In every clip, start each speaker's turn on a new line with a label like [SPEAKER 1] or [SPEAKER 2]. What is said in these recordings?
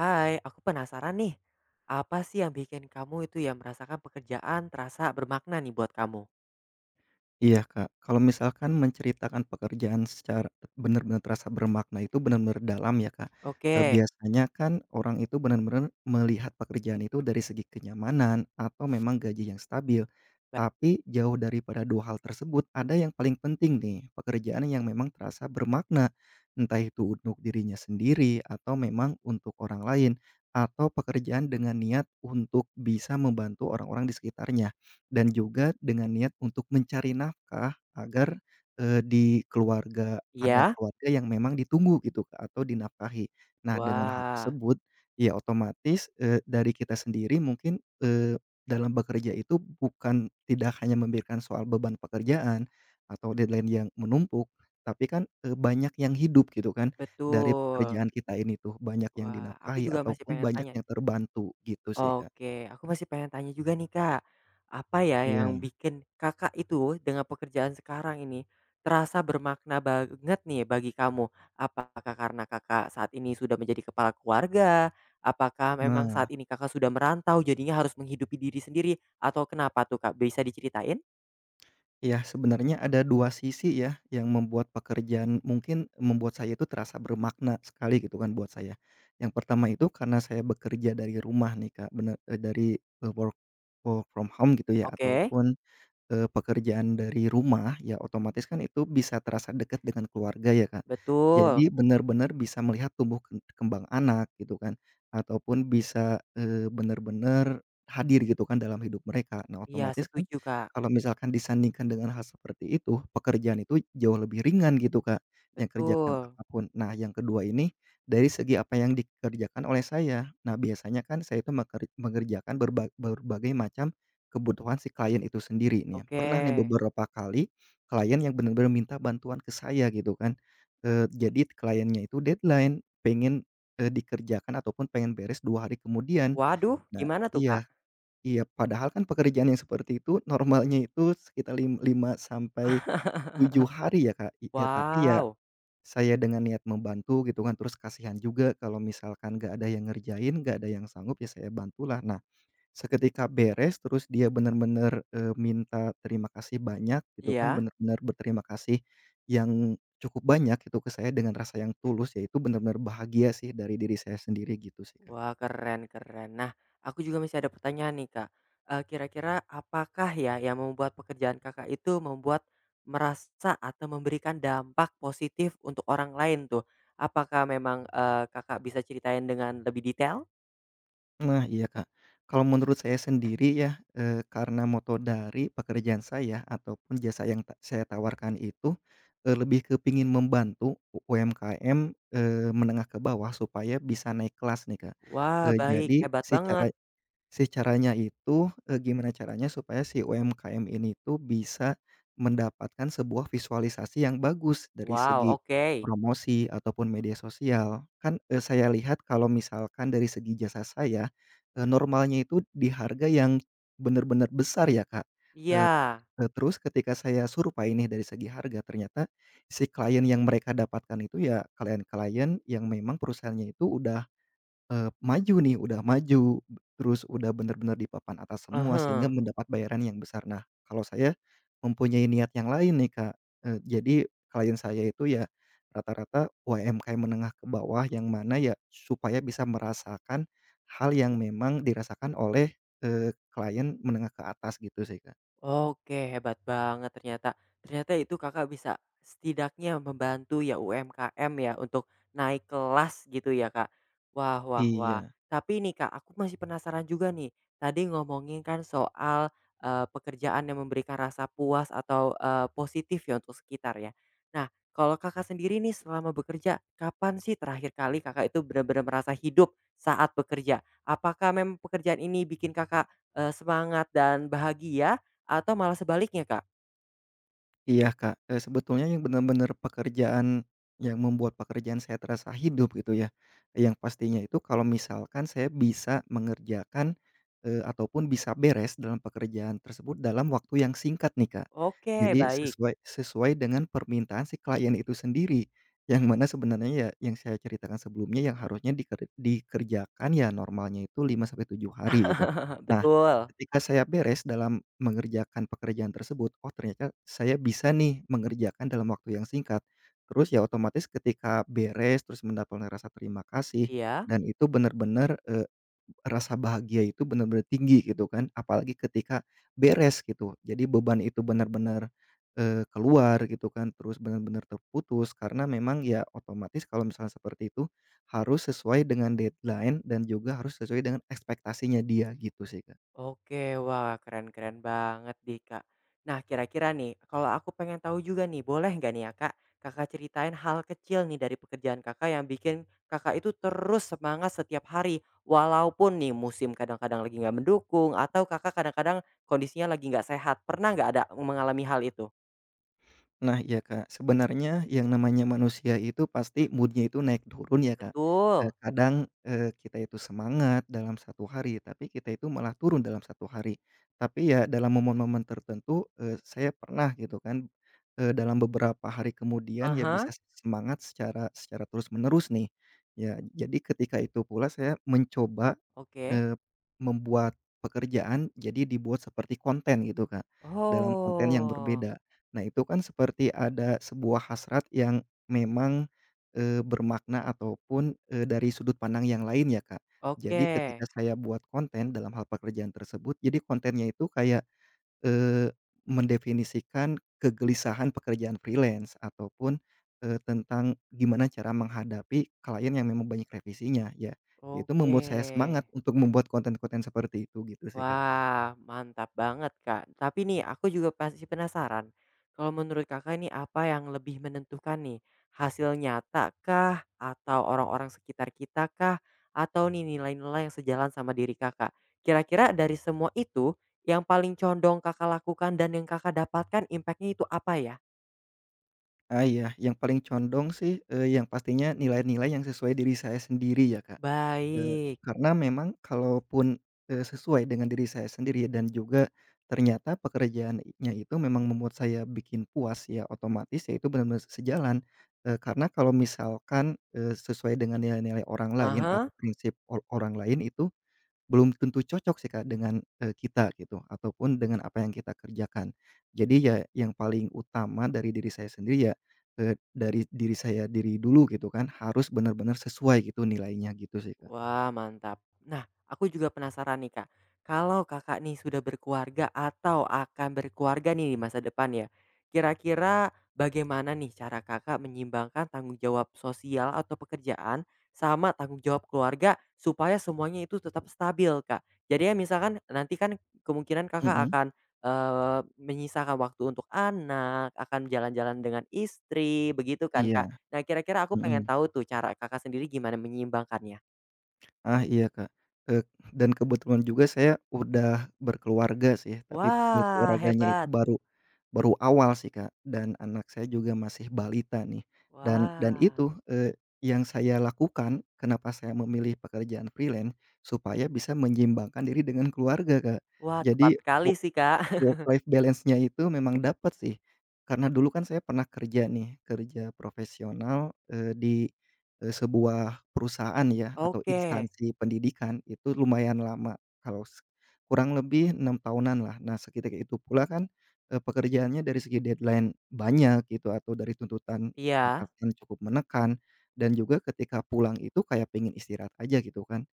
[SPEAKER 1] Hai, aku penasaran nih. Apa sih yang bikin kamu itu ya merasakan pekerjaan terasa bermakna nih buat kamu?
[SPEAKER 2] Iya, Kak. Kalau misalkan menceritakan pekerjaan secara benar-benar terasa bermakna itu benar-benar dalam ya, Kak.
[SPEAKER 1] Oke,
[SPEAKER 2] Biasanya kan orang itu benar-benar melihat pekerjaan itu dari segi kenyamanan atau memang gaji yang stabil.
[SPEAKER 1] ba-
[SPEAKER 2] Tapi jauh daripada 2 hal tersebut ada yang paling penting nih, pekerjaan yang memang terasa bermakna. Entah itu untuk dirinya sendiri atau memang untuk orang lain, atau pekerjaan dengan niat untuk bisa membantu orang-orang di sekitarnya. Dan juga dengan niat untuk mencari nafkah agar, di keluarga ada
[SPEAKER 1] iya.
[SPEAKER 2] keluarga yang memang ditunggu gitu, Kak, atau dinafkahi. Nah, dengan hal
[SPEAKER 1] Wah,
[SPEAKER 2] tersebut, ya otomatis, dari kita sendiri mungkin, dalam bekerja itu bukan tidak hanya memikirkan soal beban pekerjaan atau deadline yang menumpuk, tapi kan, banyak yang hidup gitu kan dari
[SPEAKER 1] betul.
[SPEAKER 2] pekerjaan kita ini tuh, banyak yang
[SPEAKER 1] Wah, aku
[SPEAKER 2] dinafkahi
[SPEAKER 1] juga masih
[SPEAKER 2] ataupun
[SPEAKER 1] pengen
[SPEAKER 2] banyak
[SPEAKER 1] tanya
[SPEAKER 2] yang
[SPEAKER 1] nih.
[SPEAKER 2] terbantu gitu sih, Kak.
[SPEAKER 1] Oke, aku masih pengen tanya juga nih, Kak. Apa ya yang
[SPEAKER 2] Iya,
[SPEAKER 1] bikin Kakak itu dengan pekerjaan sekarang ini terasa bermakna banget nih bagi kamu? Apakah karena Kakak saat ini sudah menjadi kepala keluarga? Apakah memang
[SPEAKER 2] nah,
[SPEAKER 1] saat ini Kakak sudah merantau jadinya harus menghidupi diri sendiri atau kenapa tuh, Kak? Bisa diceritain?
[SPEAKER 2] ya sebenarnya ada 2 sisi ya, yang membuat pekerjaan mungkin membuat saya itu terasa bermakna sekali gitu kan buat saya. Yang pertama itu karena saya bekerja dari rumah nih, Kak, bener dari, work work from home gitu ya,
[SPEAKER 1] Oke,
[SPEAKER 2] ataupun pekerjaan dari rumah, ya otomatis kan itu bisa terasa dekat dengan keluarga ya, Kak.
[SPEAKER 1] betul.
[SPEAKER 2] Jadi benar-benar bisa melihat tumbuh kembang anak gitu kan, ataupun bisa, benar-benar hadir gitu kan dalam hidup mereka. Nah,
[SPEAKER 1] Iya,
[SPEAKER 2] otomatis kan
[SPEAKER 1] setuju, Kak.
[SPEAKER 2] kalau misalkan disandingkan dengan hal seperti itu, pekerjaan itu jauh lebih ringan gitu, Kak, yang kerjakan
[SPEAKER 1] Betul.
[SPEAKER 2] apapun. Nah, yang kedua ini, dari segi apa yang dikerjakan oleh saya. Nah, biasanya kan saya itu mengerjakan berbagai macam kebutuhan si klien itu sendiri nih ya.
[SPEAKER 1] Oke.
[SPEAKER 2] Pernah nih beberapa kali klien yang benar-benar minta bantuan ke saya gitu kan, jadi kliennya itu deadline, pengen, dikerjakan ataupun pengen beres 2 hari kemudian.
[SPEAKER 1] Waduh,
[SPEAKER 2] Nah,
[SPEAKER 1] gimana tuh, Kak?
[SPEAKER 2] iya, iya, padahal kan pekerjaan yang seperti itu normalnya itu sekitar 5 sampai 7 hari ya, Kak, iya, tapi ya
[SPEAKER 1] Wow,
[SPEAKER 2] saya dengan niat membantu gitu kan, terus kasihan juga kalau misalkan nggak ada yang ngerjain, nggak ada yang sanggup, ya saya bantulah. Nah, seketika beres, terus dia benar-benar minta terima kasih banyak gitu kan,
[SPEAKER 1] iya.
[SPEAKER 2] benar-benar berterima kasih yang cukup banyak itu ke saya dengan rasa yang tulus, ya itu benar bahagia sih dari diri saya sendiri gitu sih, Kak.
[SPEAKER 1] Wah, keren keren. Nah, aku juga masih ada pertanyaan nih, Kak. Kira-kira apakah ya yang membuat pekerjaan Kakak itu membuat merasa atau memberikan dampak positif untuk orang lain tuh? Apakah memang, Kakak bisa ceritain dengan lebih detail?
[SPEAKER 2] Nah, iya, Kak. Kalau menurut saya sendiri ya, karena moto dari pekerjaan saya ataupun jasa yang saya tawarkan itu, lebih ke pingin membantu UMKM, menengah ke bawah supaya bisa naik kelas nih, Kak.
[SPEAKER 1] Wah,
[SPEAKER 2] Eee,
[SPEAKER 1] baik,
[SPEAKER 2] jadi
[SPEAKER 1] hebat
[SPEAKER 2] secara
[SPEAKER 1] banget.
[SPEAKER 2] si caranya itu, gimana caranya supaya si UMKM ini tuh bisa mendapatkan sebuah visualisasi yang bagus dari
[SPEAKER 1] Wow,
[SPEAKER 2] segi
[SPEAKER 1] oke.
[SPEAKER 2] promosi ataupun media sosial. Kan, saya lihat kalau misalkan dari segi jasa saya, normalnya itu di harga yang benar-benar besar ya, Kak. Eee
[SPEAKER 1] Iya,
[SPEAKER 2] eee, terus ketika saya survei nih dari segi harga, ternyata si klien yang mereka dapatkan itu ya klien-klien yang memang perusahaannya itu udah maju nih, udah maju, terus udah bener-bener di papan atas semua sehingga
[SPEAKER 1] ah.
[SPEAKER 2] mendapat bayaran yang besar. Nah, kalau saya mempunyai niat yang lain nih, Kak, jadi klien saya itu ya rata-rata UMKM menengah ke bawah yang mana ya supaya bisa merasakan hal yang memang dirasakan oleh, klien menengah ke atas gitu sih, Kak.
[SPEAKER 1] Oke, hebat banget ternyata. Ternyata itu Kakak bisa setidaknya membantu ya UMKM ya untuk naik kelas gitu ya, Kak. Wah wah wah.
[SPEAKER 2] Iya.
[SPEAKER 1] Tapi nih Kak, aku masih penasaran juga nih. Tadi ngomongin kan soal pekerjaan yang memberikan rasa puas atau eh, positif ya untuk sekitar ya. Nah, kalau Kakak sendiri nih selama bekerja, kapan sih terakhir kali Kakak itu benar-benar merasa hidup saat bekerja? Apakah memang pekerjaan ini bikin Kakak semangat dan bahagia atau malah sebaliknya, Kak?
[SPEAKER 2] Iya, Kak, sebetulnya yang bener-bener pekerjaan yang membuat pekerjaan saya terasa hidup gitu ya, yang pastinya itu kalau misalkan saya bisa mengerjakan, ataupun bisa beres dalam pekerjaan tersebut dalam waktu yang singkat nih, Kak.
[SPEAKER 1] Oke,
[SPEAKER 2] Jadi
[SPEAKER 1] baik.
[SPEAKER 2] sesuai sesuai dengan permintaan si klien itu sendiri, yang mana sebenarnya ya yang saya ceritakan sebelumnya yang harusnya dikerjakan ya normalnya itu 5 sampai 7 hari gitu. Nah,
[SPEAKER 1] Betul.
[SPEAKER 2] ketika saya beres dalam mengerjakan pekerjaan tersebut, oh ternyata saya bisa nih mengerjakan dalam waktu yang singkat. Terus ya otomatis ketika beres, terus mendapatkan rasa terima kasih
[SPEAKER 1] Iya.
[SPEAKER 2] dan itu benar-benar, rasa bahagia itu benar-benar tinggi gitu kan, apalagi ketika beres gitu. Jadi beban itu benar-benar, keluar gitu kan, terus benar-benar terputus karena memang ya otomatis kalau misalnya seperti itu harus sesuai dengan deadline dan juga harus sesuai dengan ekspektasinya dia gitu sih, Kak.
[SPEAKER 1] Oke, wah keren keren banget nih, Kak. Nah, kira-kira nih, kalau aku pengen tahu juga nih, boleh nggak nih ya, Kak, Kakak ceritain hal kecil nih dari pekerjaan Kakak yang bikin Kakak itu terus semangat setiap hari, walaupun nih musim kadang-kadang lagi nggak mendukung atau Kakak kadang-kadang kondisinya lagi nggak sehat. Pernah nggak ada mengalami hal itu?
[SPEAKER 2] Nah, iya, Kak, sebenarnya yang namanya manusia itu pasti moodnya itu naik turun ya, Kak.
[SPEAKER 1] Betul.
[SPEAKER 2] Kadang, kita itu semangat dalam satu hari, tapi kita itu malah turun dalam satu hari. Tapi ya dalam momen-momen tertentu, saya pernah gitu kan, dalam beberapa hari kemudian ya
[SPEAKER 1] Aha.
[SPEAKER 2] bisa semangat secara secara terus menerus nih. Ya jadi ketika itu pula saya mencoba
[SPEAKER 1] Oke.
[SPEAKER 2] Eee, membuat pekerjaan jadi dibuat seperti konten gitu, Kak, dalam konten yang
[SPEAKER 1] Oh,
[SPEAKER 2] berbeda. Nah, itu kan seperti ada sebuah hasrat yang memang, bermakna ataupun, dari sudut pandang yang lain ya, Kak. Jadi
[SPEAKER 1] oke.
[SPEAKER 2] ketika saya buat konten dalam hal pekerjaan tersebut, jadi kontennya itu kayak Eee, mendefinisikan kegelisahan pekerjaan freelance ataupun, tentang gimana cara menghadapi klien yang memang banyak revisinya ya, itu
[SPEAKER 1] Oke.
[SPEAKER 2] membuat saya semangat untuk membuat konten-konten seperti itu gitu sih, Kak.
[SPEAKER 1] Wah, mantap banget, Kak. Tapi nih aku juga pasti penasaran, kalau menurut Kakak ini apa yang lebih menentukan nih? Hasil nyata kah? Atau orang-orang sekitar kita kah? Atau nih nilai-nilai yang sejalan sama diri Kakak? Kira-kira dari semua itu, yang paling condong Kakak lakukan dan yang Kakak dapatkan impact itu apa ya?
[SPEAKER 2] Ah, iya, yang paling condong sih, yang pastinya nilai-nilai yang sesuai diri saya sendiri ya, Kak. Eee,
[SPEAKER 1] Baik.
[SPEAKER 2] karena memang kalaupun, sesuai dengan diri saya sendiri dan juga ternyata pekerjaannya itu memang membuat saya bikin puas, ya otomatis ya itu benar-benar sejalan. Karena kalau misalkan, sesuai dengan nilai-nilai orang lain atau
[SPEAKER 1] Aha.
[SPEAKER 2] prinsip orang lain itu belum tentu cocok sih, Kak, dengan, kita gitu ataupun dengan apa yang kita kerjakan. Jadi ya yang paling utama dari diri saya sendiri ya, dari diri saya diri dulu gitu kan, harus benar-benar sesuai gitu nilainya gitu sih, Kak.
[SPEAKER 1] Wah, mantap. Nah, aku juga penasaran nih, Kak. Kalau Kakak nih sudah berkeluarga atau akan berkeluarga nih di masa depan ya, kira-kira bagaimana nih cara Kakak menyimbangkan tanggung jawab sosial atau pekerjaan sama tanggung jawab keluarga supaya semuanya itu tetap stabil, Kak? Jadi ya misalkan nanti kan kemungkinan Kakak
[SPEAKER 2] Mhm,
[SPEAKER 1] akan, menyisakan waktu untuk anak, akan jalan-jalan dengan istri, begitu kan,
[SPEAKER 2] iya,
[SPEAKER 1] Kak? Nah, kira-kira aku pengen
[SPEAKER 2] mhm.
[SPEAKER 1] tahu tuh cara Kakak sendiri gimana menyimbangkannya.
[SPEAKER 2] Ah, iya, Kak, eee, dan kebetulan juga saya udah berkeluarga sih, tapi
[SPEAKER 1] Wah,
[SPEAKER 2] berkeluarganya itu
[SPEAKER 1] hebat.
[SPEAKER 2] baru baru awal sih, Kak, dan anak saya juga masih balita nih, dan
[SPEAKER 1] Wah.
[SPEAKER 2] itu, yang saya lakukan, kenapa saya memilih pekerjaan freelance, supaya bisa menyeimbangkan diri dengan keluarga, Kak.
[SPEAKER 1] Wah, tepat
[SPEAKER 2] Jadi
[SPEAKER 1] sekali
[SPEAKER 2] u
[SPEAKER 1] sih, Kak.
[SPEAKER 2] Work life balance-nya itu memang dapat sih, karena dulu kan saya pernah kerja nih, kerja profesional, di, sebuah perusahaan ya atau
[SPEAKER 1] Oke.
[SPEAKER 2] instansi pendidikan itu lumayan lama, kalau kurang lebih 6 tahunanlah. Nah, seketika itu pula kan, pekerjaannya dari segi deadline banyak gitu atau dari tuntutan
[SPEAKER 1] Iya,
[SPEAKER 2] atasan cukup menekan dan juga ketika pulang itu kayak pengen istirahat aja gitu kan.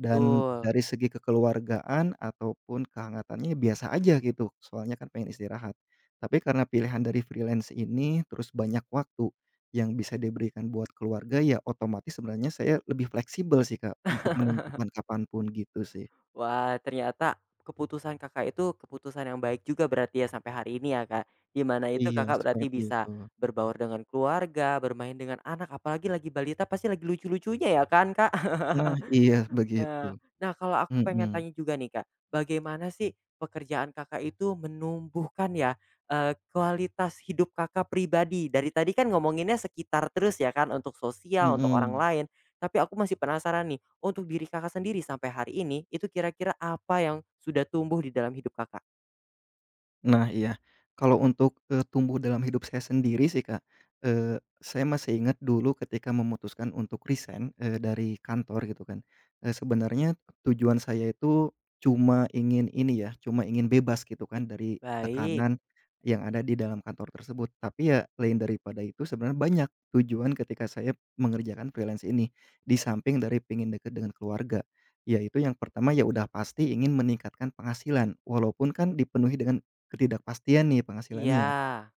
[SPEAKER 2] Dan dari segi kekeluargaan ataupun kehangatannya ya biasa aja gitu, soalnya kan pengen istirahat. Tapi karena pilihan dari freelance ini, terus banyak waktu yang bisa diberikan buat keluarga, ya otomatis sebenarnya saya lebih fleksibel sih, Kak, untuk menentukan kapan pun gitu sih.
[SPEAKER 1] Wah, ternyata keputusan Kakak itu keputusan yang baik juga berarti ya sampai hari ini ya, Kak. Di mana itu
[SPEAKER 2] Iya,
[SPEAKER 1] Kakak berarti
[SPEAKER 2] seperti
[SPEAKER 1] bisa
[SPEAKER 2] itu.
[SPEAKER 1] berbaur dengan keluarga, bermain dengan anak, apalagi lagi balita pasti lagi lucu-lucunya ya kan, Kak?
[SPEAKER 2] Nah, iya begitu.
[SPEAKER 1] Nah nah kalau aku pengen
[SPEAKER 2] Mhm,
[SPEAKER 1] tanya juga nih Kak, bagaimana sih pekerjaan Kakak itu menumbuhkan ya, kualitas hidup Kakak pribadi? Dari tadi kan ngomonginnya sekitar terus ya kan untuk sosial, untuk orang
[SPEAKER 2] mhm.
[SPEAKER 1] lain, tapi aku masih penasaran nih, untuk diri Kakak sendiri sampai hari ini, itu kira-kira apa yang sudah tumbuh di dalam hidup Kakak?
[SPEAKER 2] Nah, iya, kalau untuk, tumbuh dalam hidup saya sendiri sih, Kak, saya masih ingat dulu ketika memutuskan untuk resign, dari kantor gitu kan, sebenarnya tujuan saya itu cuma ingin ini ya, cuma ingin bebas gitu kan dari
[SPEAKER 1] Baik,
[SPEAKER 2] tekanan yang ada di dalam kantor tersebut. Tapi ya lain daripada itu sebenarnya banyak tujuan ketika saya mengerjakan freelance ini, di samping dari pengen dekat dengan keluarga. Yaitu yang pertama ya udah pasti ingin meningkatkan penghasilan, walaupun kan dipenuhi dengan ketidakpastian nih
[SPEAKER 1] iya,
[SPEAKER 2] penghasilannya.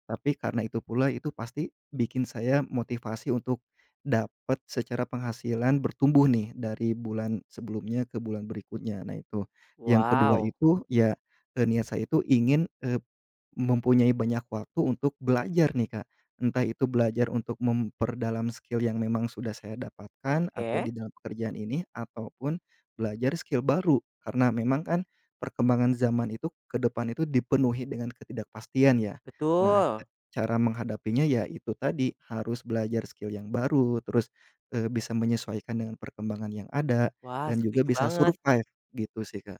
[SPEAKER 2] Tapi karena itu pula, itu pasti bikin saya motivasi untuk dapat secara penghasilan bertumbuh nih dari bulan sebelumnya ke bulan berikutnya. Nah, itu. Yang kedua
[SPEAKER 1] wow,
[SPEAKER 2] itu ya, niat saya itu ingin, mempunyai banyak waktu untuk belajar nih, Kak. Entah itu belajar untuk memperdalam skill yang memang sudah saya dapatkan atau
[SPEAKER 1] oke,
[SPEAKER 2] di dalam pekerjaan ini, ataupun belajar skill baru. Karena memang kan perkembangan zaman itu ke depan itu dipenuhi dengan ketidakpastian ya. Nah,
[SPEAKER 1] betul,
[SPEAKER 2] cara menghadapinya ya itu tadi, harus belajar skill yang baru, terus, bisa menyesuaikan dengan perkembangan yang ada,
[SPEAKER 1] wah
[SPEAKER 2] dan juga
[SPEAKER 1] setuju
[SPEAKER 2] bisa
[SPEAKER 1] banget.
[SPEAKER 2] survive gitu sih, Kak.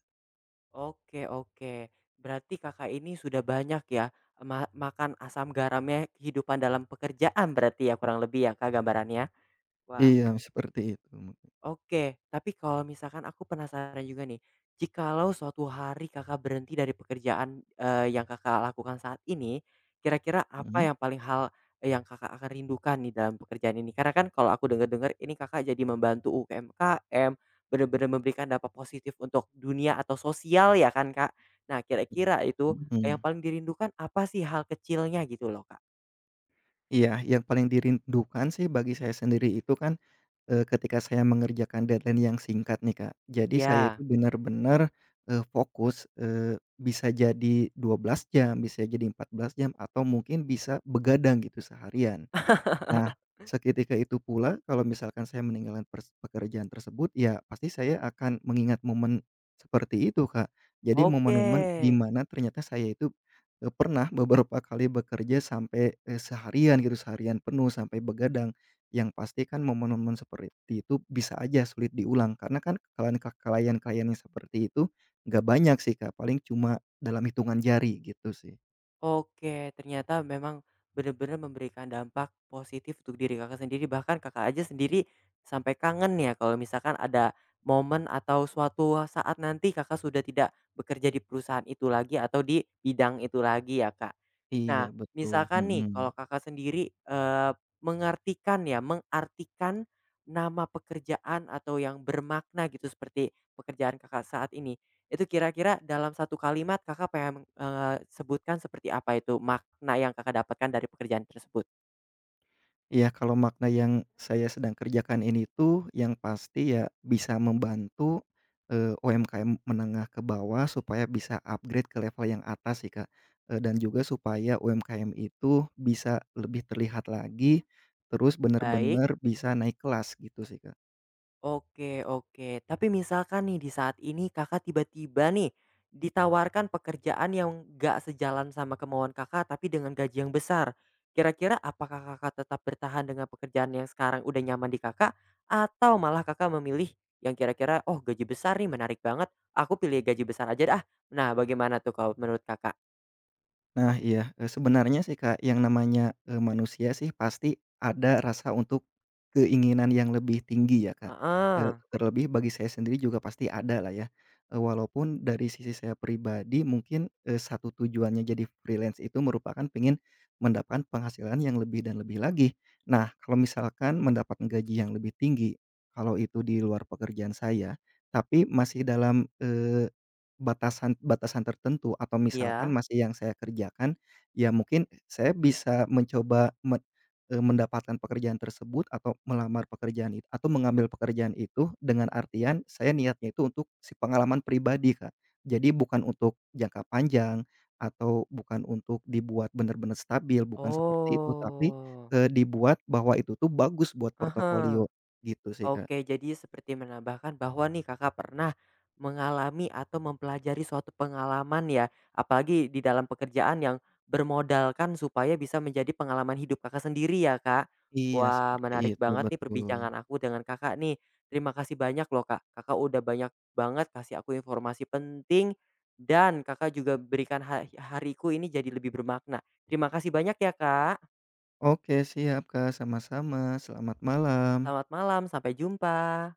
[SPEAKER 1] Oke oke. Berarti Kakak ini sudah banyak ya, makan asam garamnya kehidupan dalam pekerjaan berarti ya kurang lebih ya Kak gambarannya? Wah.
[SPEAKER 2] Iya, seperti itu.
[SPEAKER 1] Oke, tapi kalau misalkan aku penasaran juga nih, jikalau suatu hari Kakak berhenti dari pekerjaan, yang Kakak lakukan saat ini, kira-kira apa
[SPEAKER 2] Mhm,
[SPEAKER 1] yang paling yang Kakak akan rindukan nih dalam pekerjaan ini? Karena kan kalau aku dengar dengar ini Kakak jadi membantu UMKM, benar-benar memberikan dampak positif untuk dunia atau sosial ya kan, Kak? Nah, kira-kira itu yang
[SPEAKER 2] mhm.
[SPEAKER 1] paling dirindukan apa sih hal kecilnya gitu loh, Kak?
[SPEAKER 2] Iya, yang paling dirindukan sih bagi saya sendiri itu kan, ketika saya mengerjakan deadline yang singkat nih, Kak. Jadi saya
[SPEAKER 1] Iya,
[SPEAKER 2] itu benar-benar, fokus, bisa jadi 12 jam, bisa jadi 14 jam, atau mungkin bisa begadang gitu seharian. Nah, seketika itu pula kalau misalkan saya meninggalkan pekerjaan tersebut, ya pasti saya akan mengingat momen seperti itu, Kak. Jadi
[SPEAKER 1] oke.
[SPEAKER 2] momen-momen di mana ternyata saya itu, pernah beberapa kali bekerja sampai, seharian gitu, seharian penuh sampai begadang. Yang pasti kan momen-momen seperti itu bisa aja sulit diulang karena kan kalian kalian klien yang seperti itu nggak banyak sih, Kak, paling cuma dalam hitungan jari gitu sih.
[SPEAKER 1] Oke, ternyata memang benar-benar memberikan dampak positif untuk diri Kakak sendiri, bahkan Kakak aja sendiri sampai kangen ya kalau misalkan ada momen atau suatu saat nanti Kakak sudah tidak bekerja di perusahaan itu lagi atau di bidang itu lagi ya, Kak. Nah,
[SPEAKER 2] Iya, betul,
[SPEAKER 1] misalkan nih
[SPEAKER 2] mhm.
[SPEAKER 1] kalau Kakak sendiri, mengartikan ya, mengartikan nama pekerjaan atau yang bermakna gitu seperti pekerjaan Kakak saat ini, itu kira-kira dalam satu kalimat Kakak pengen, sebutkan seperti apa itu makna yang Kakak dapatkan dari pekerjaan tersebut?
[SPEAKER 2] Iya, kalau makna yang saya sedang kerjakan ini tuh yang pasti ya bisa membantu, UMKM menengah ke bawah supaya bisa upgrade ke level yang atas sih, Kak, dan juga supaya UMKM itu bisa lebih terlihat lagi, terus
[SPEAKER 1] Baik,
[SPEAKER 2] bener-bener bisa naik kelas gitu sih, Kak.
[SPEAKER 1] oke oke. Tapi misalkan nih di saat ini Kakak tiba-tiba nih ditawarkan pekerjaan yang nggak sejalan sama kemauan Kakak, tapi dengan gaji yang besar. Kira-kira apakah Kakak tetap bertahan dengan pekerjaan yang sekarang udah nyaman di Kakak, atau malah Kakak memilih yang kira-kira, "Oh gaji besar nih menarik banget, aku pilih gaji besar aja dah." Nah bagaimana tuh kalau menurut Kakak?
[SPEAKER 2] Nah, iya, sebenarnya sih, Kak, yang namanya, manusia sih pasti ada rasa untuk keinginan yang lebih tinggi ya, Kak,
[SPEAKER 1] Heeh.
[SPEAKER 2] terlebih bagi saya sendiri juga pasti ada lah ya, walaupun dari sisi saya pribadi mungkin, satu tujuannya jadi freelance itu merupakan pengen mendapatkan penghasilan yang lebih dan lebih lagi. Nah, kalau misalkan mendapatkan gaji yang lebih tinggi, kalau itu di luar pekerjaan saya, tapi masih dalam Batasan batasan tertentu atau misalkan
[SPEAKER 1] Iya.
[SPEAKER 2] masih yang saya kerjakan, ya mungkin saya bisa mencoba mendapatkan pekerjaan tersebut atau melamar pekerjaan itu atau mengambil pekerjaan itu dengan artian saya niatnya itu untuk si pengalaman pribadi, Kak. Jadi bukan untuk jangka panjang atau bukan untuk dibuat benar-benar stabil, bukan seperti itu, tapi,
[SPEAKER 1] Oh,
[SPEAKER 2] dibuat bahwa itu tuh bagus buat
[SPEAKER 1] heeh.
[SPEAKER 2] portofolio, gitu sih, Kak.
[SPEAKER 1] Oke, jadi seperti menambahkan bahwa nih Kakak pernah mengalami atau mempelajari suatu pengalaman ya, apalagi di dalam pekerjaan yang bermodalkan supaya bisa menjadi pengalaman hidup Kakak sendiri ya, Kak.
[SPEAKER 2] Iya,
[SPEAKER 1] Wah,
[SPEAKER 2] seperti
[SPEAKER 1] menarik
[SPEAKER 2] itu,
[SPEAKER 1] banget nih
[SPEAKER 2] betul.
[SPEAKER 1] perbincangan aku dengan Kakak nih. Terima kasih banyak loh, Kak. Kakak udah banyak banget kasih aku informasi penting dan Kakak juga berikan hariku ini jadi lebih bermakna. Terima kasih banyak ya, Kak.
[SPEAKER 2] Oke, siap, Kak, sama-sama. Selamat malam.
[SPEAKER 1] Selamat malam, sampai jumpa.